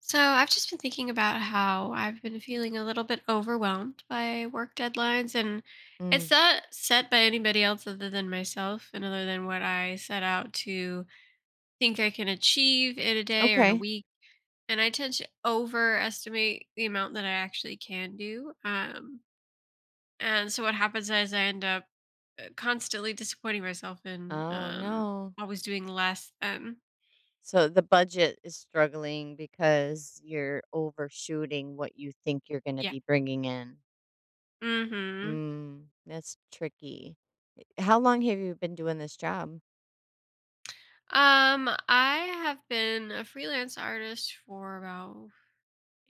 So, I've just been thinking about how I've been feeling a little bit overwhelmed by work deadlines, and it's Mm, not set by anybody else other than myself and other than what I set out to think I can achieve in a day or in a okay. week. And I tend to overestimate the amount that I actually can do. And so, what happens is I end up constantly disappointing myself and Oh, um, no. always doing less than. So the budget is struggling because you're overshooting what you think you're going to Yeah. be bringing in. Mm hmm. Mm, that's tricky. How long have you been doing this job? I have been a freelance artist for about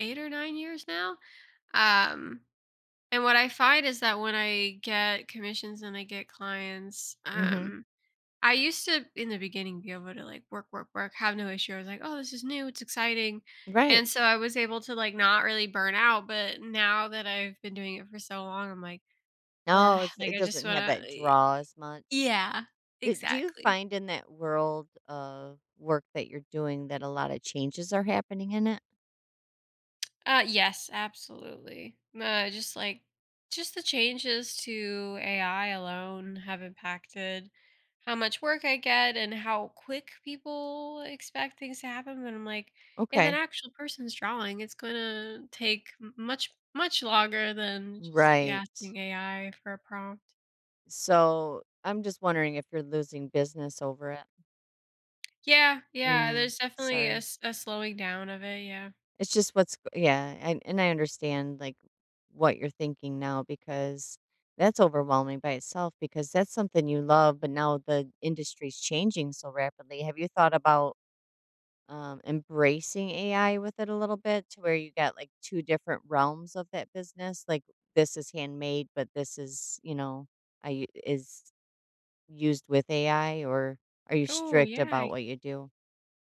8 or 9 years now. Um, and what I find is that when I get commissions and I get clients, Hmm. I used to in the beginning be able to like work, have no issue. I was like, oh, this is new, it's exciting. Right. And so I was able to like not really burn out. But now that I've been doing it for so long, I'm like, No, ugh, it's, like it I just doesn't have wanna, that draw as much. yeah, Do you exactly. find in that world of work that you're doing that a lot of changes are happening in it? Yes, absolutely. Just the changes to AI alone have impacted how much work I get and how quick people expect things to happen. But I'm like, if an Okay. actual person's drawing, it's going to take much longer than just you Right. asking AI for a prompt. So I'm just wondering if you're losing business over it. Yeah, yeah. Mm, There's definitely a, sorry. s- a slowing down of it. Yeah. It's just what's g Yeah, and I understand, like, what you're thinking now because that's overwhelming by itself because that's something you love, but now the industry's changing so rapidly. Have you thought about embracing AI with it a little bit to where you got, like, 2 different realms of that business? Like, this is handmade, but this is, you know, I is used with AI, or are you Oh, strict yeah. about what you do?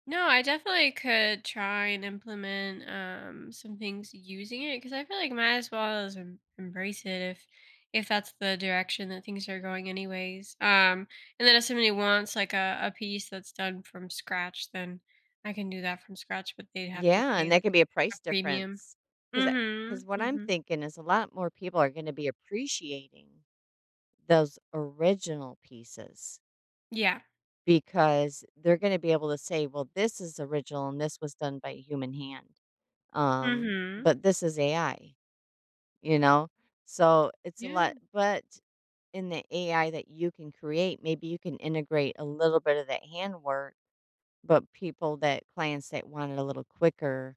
No, I definitely could try and implement some things using it because I feel like might as well embrace it if that's the direction that things are going anyways. And then if somebody wants like a piece that's done from scratch, then I can do that from scratch, but they'd have to Yeah, and pay that like could be a a price premium. difference, because because Mm-hmm. what I'm Mm-hmm. thinking is a lot more people are gonna be appreciating those original pieces Yeah. because they're gonna be able to say, "Well, this is original and this was done by a human hand, Mm-hmm. but this is AI," you know? So, it's a Yeah. lot, but in the AI that you can create, maybe you can integrate a little bit of that handwork. But people that clients that want it a little quicker,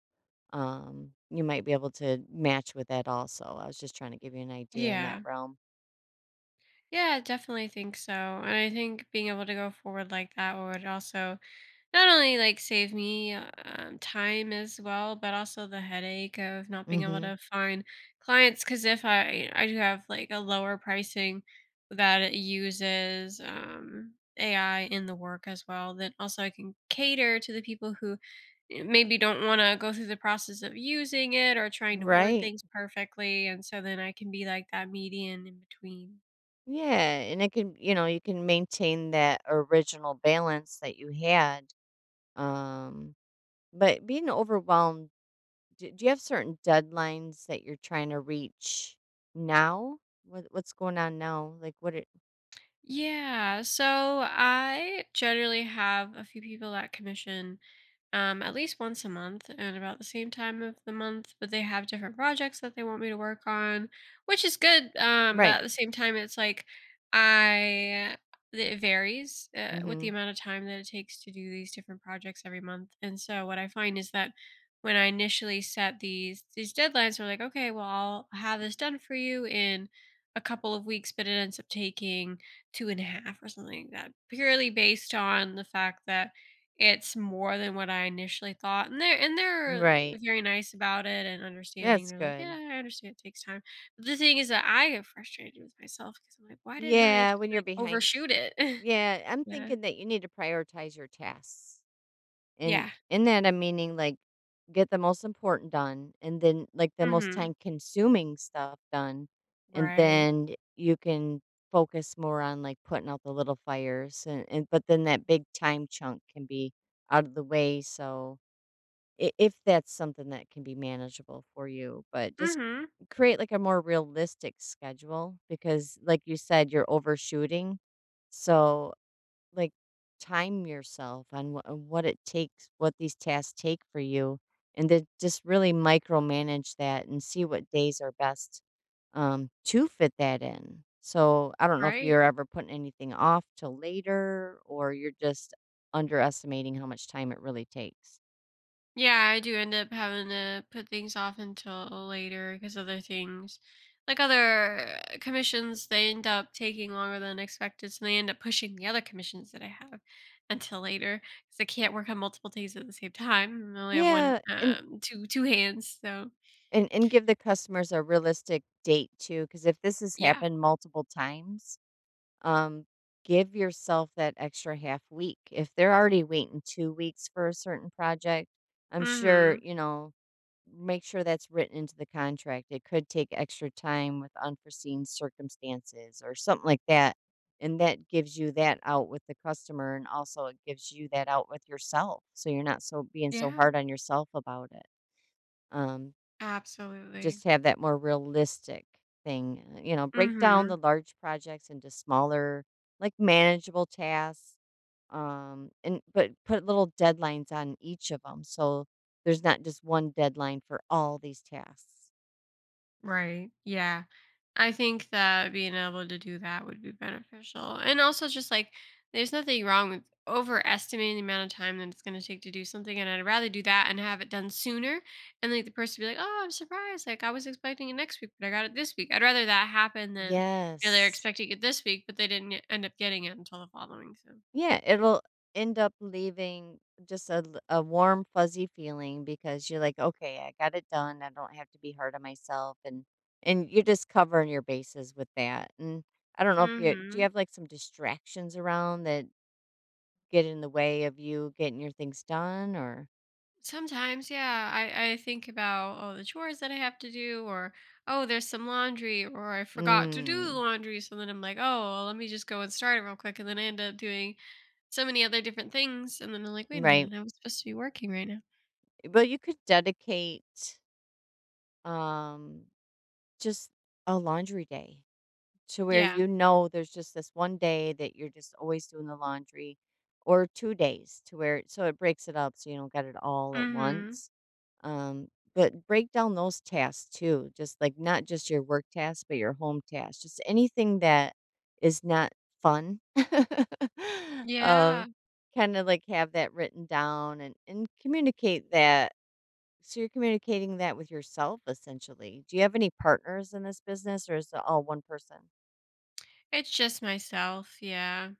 you might be able to match with that also. I was just trying to give you an idea in that Yeah. realm. Yeah, I definitely think so. And I think being able to go forward like that would also not only like save me time as well, but also the headache of not being able Mhm. to find clients. Because if I do have like a lower pricing that it uses AI in the work as well, then also I can cater to the people who maybe don't want to go through the process of using it or trying to word Right. things perfectly, and so then I can be like that median in between. Yeah, and it can, you know, you can maintain that original balance that you had. Um, but being overwhelmed, do you have certain deadlines that you're trying to reach now? What what's going on now? Like what it Yeah, so I generally have a few people that commission, at least once a month and about the same time of the month, but they have different projects that they want me to work on, which is good. But Right. at the same time, it's like I it varies with the Mhm. amount of time that it takes to do these different projects every month. And so what I find is that when I initially set these deadlines, we're like, okay, well, I'll have this done for you in a couple of weeks, but it ends up taking two and a half or something like that, purely based on the fact that it's more than what I initially thought, and they're Right. very nice about it and understanding. That's They're like, good. "Yeah, I understand it takes time." But the thing is that I get frustrated with myself because 'cause I'm like, "Why didn't I Yeah, just, when you're like, behind overshoot it?" Yeah, I'm Yeah. thinking that you need to prioritize your tasks. And Yeah. in that I'm meaning like get the most important done and then like the most Mhm. time consuming stuff done. And Right. then you can focus more on like putting out the little fires and, but then that big time chunk can be out of the way. So if that's something that can be manageable for you, but just Mhm. create like a more realistic schedule because like you said, you're overshooting. So, like, time yourself on wha on what it takes, what these tasks take for you, and then just really micromanage that and see what days are best, to fit that in. So, I don't know if Right. you're ever putting anything off till later or you're just underestimating how much time it really takes. Yeah, I do end up having to put things off until later because other things, like other commissions, they end up taking longer than expected. So they end up pushing the other commissions that I have until later because I can't work on multiple things at the same time. I only have one, Yeah, and um, two, two hands. So and and give the customers a realistic date too, because if this has yeah. happened multiple times, um, give yourself that extra half week. If they're already waiting 2 weeks for a certain project, I'm sure, Mm-hmm. you know, make sure that's written into the contract. It could take extra time with unforeseen circumstances or something like that. And that gives you that out with the customer. And also, it gives you that out with yourself. So you're not so being so Yeah. hard on yourself about it. Um, Absolutely. just have that more realistic thing, you know, break down Mm-hmm. the large projects into smaller, like, manageable tasks, and but put little deadlines on each of them so there's not just one deadline for all these tasks. Right. Yeah. I think that being able to do that would be beneficial. And also just like there's nothing wrong with overestimating the amount of time that it's going to take to do something and I'd rather do that and have it done sooner and like the person be like, "Oh, I'm surprised. Like I was expecting it next week, but I got it this week." I'd rather that happen than you know they're Yes. expecting it this week, but they didn't end up getting it until the following. So. Yeah, it'll end up leaving just a warm, fuzzy feeling because you're like, okay, I got it done. I don't have to be hard on myself, and you're just covering your bases with that. And I don't know if you do you Mhm. have like some distractions around that get in the way of you getting your things done, or Sometimes, yeah, I think about oh the chores that I have to do, or oh there's some laundry, or I forgot to do the mm, laundry, so then I'm like, oh well, let me just go and start it real quick, and then I end up doing so many other different things, and then I'm like, wait a right? minute, I was supposed to be working right now. But you could dedicate um just a laundry day to where Yeah. you know there's just this one day that you're just always doing the laundry, or 2 days to where, so it breaks it up so you don't get it all at Mm-hmm. once. Um, but break down those tasks too, just like not just your work tasks, but your home tasks, just anything that is not fun. Um, Yeah. Kinda like have that written down and communicate that. So you're communicating that with yourself essentially. Do you have any partners in this business or is it all one person? It's just myself. Yeah.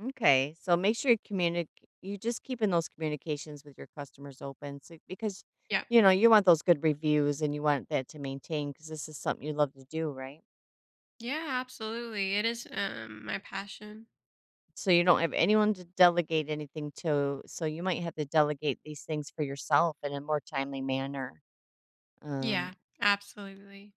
Okay, so make sure you communicate. You just keeping those communications with your customers open, so because Yep. you know you want those good reviews and you want that to maintain because this is something you love to do, right? Yeah. Absolutely. It is my passion. So you don't have anyone to delegate anything to, so you might have to delegate these things for yourself in a more timely manner. Um, Yeah. Absolutely.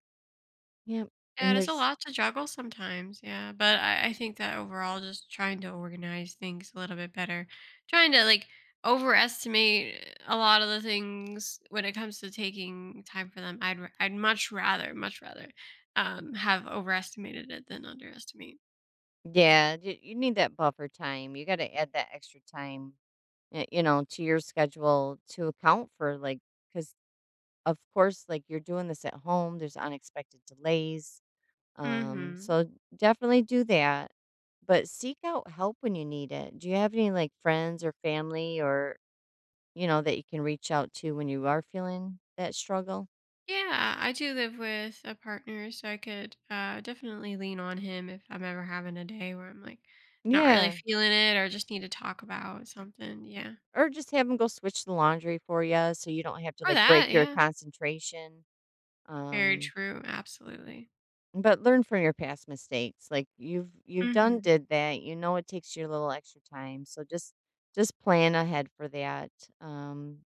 yeah, and Yeah, it's a there's lot to juggle sometimes. Yeah. But I think that overall, just trying to organize things a little bit better, trying to like overestimate a lot of the things when it comes to taking time for them. I'd much rather have overestimated it than underestimate. Yeah, you need that buffer time. You got to add that extra time, you know, to your schedule to account for like, because of course, like you're doing this at home, there's unexpected delays. Um, Mm-hmm. so definitely do that, but seek out help when you need it. Do you have any like friends or family or, you know, that you can reach out to when you are feeling that struggle? Yeah, I do live with a partner, so I could definitely lean on him if I'm ever having a day where I'm like not really Yeah. feeling it or just need to talk about something. Yeah. Or just have them go switch the laundry for you so you don't have to Or like break that. your Yeah. concentration. Very Um, true. Absolutely. But learn from your past mistakes, like, you've done Hmm. did that, you know it takes you a little extra time, so just plan ahead for that, um,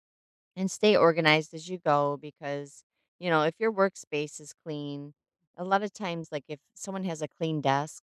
and stay organized as you go because, you know, if your workspace is clean, a lot of times, like, if someone has a clean desk,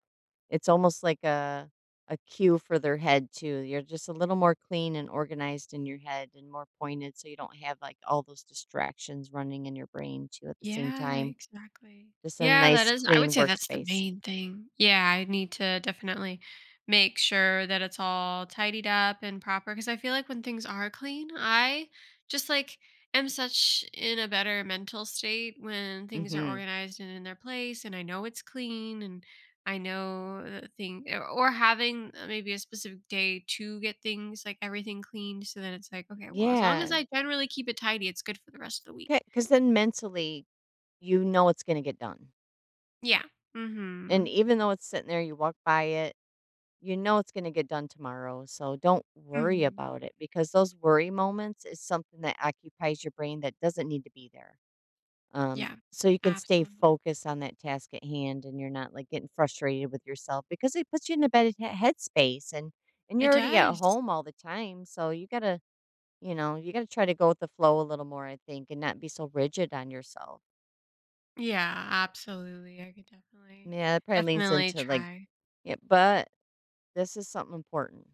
it's almost like a cue for their head too, you're just a little more clean and organized in your head and more pointed so you don't have, like, all those distractions running in your brain too at the same Yeah, time. exactly. Just a Yeah, that nice is, I would clean say that's the workspace. main thing. Yeah, I need to definitely make sure that it's all tidied up and proper because I feel like when things are clean, I just like am such in a better mental state when things are Mhm. organized and in their place and I know it's clean and I know the thing or having maybe a specific day to get things like everything cleaned so then it's like okay, well, as long as Yeah. I generally keep it tidy, it's good for the rest of the week. Because then mentally, you know it's gonna get done, Yeah. and Mhm. even though it's sitting there, you walk by it, you know it's gonna get done tomorrow, so don't worry Mhm. about it because those worry moments is something that occupies your brain that doesn't need to be there. Um, Yeah. so you can stay Absolutely. focused on that task at hand and you're not, like, getting frustrated with yourself because it puts you in a better he headspace and you're It already at does. home all the time, so you gotta. You know, you gotta try to go with the flow a little more, I think, and not be so rigid on yourself. Yeah, absolutely. I could definitely Yeah, it probably leans definitely into like, try. Yeah, but this is something important.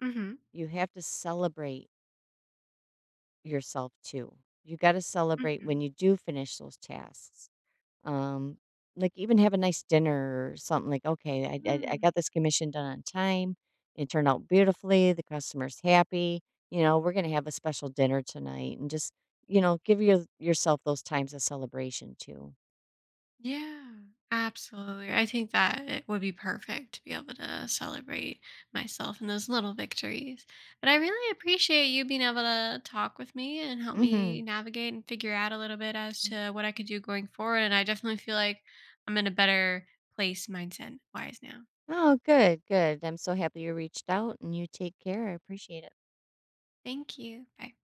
Mhm. You have to celebrate yourself too. You got to celebrate when Mhm. you do finish those tasks. Um, like even have a nice dinner or something. Like, okay, I Mm. got this commission done on time. It turned out beautifully. The customer's happy. You know, we're gonna have a special dinner tonight, and just, you know, give your, yourself those times of celebration too. Yeah. Absolutely. I think that it would be perfect to be able to celebrate myself and those little victories. But I really appreciate you being able to talk with me and help Mm hmm. me navigate and figure out a little bit as to what I could do going forward. And I definitely feel like I'm in a better place mindset wise now. Oh, good, good. I'm so happy you reached out and you take care. I appreciate it. Thank you. Bye.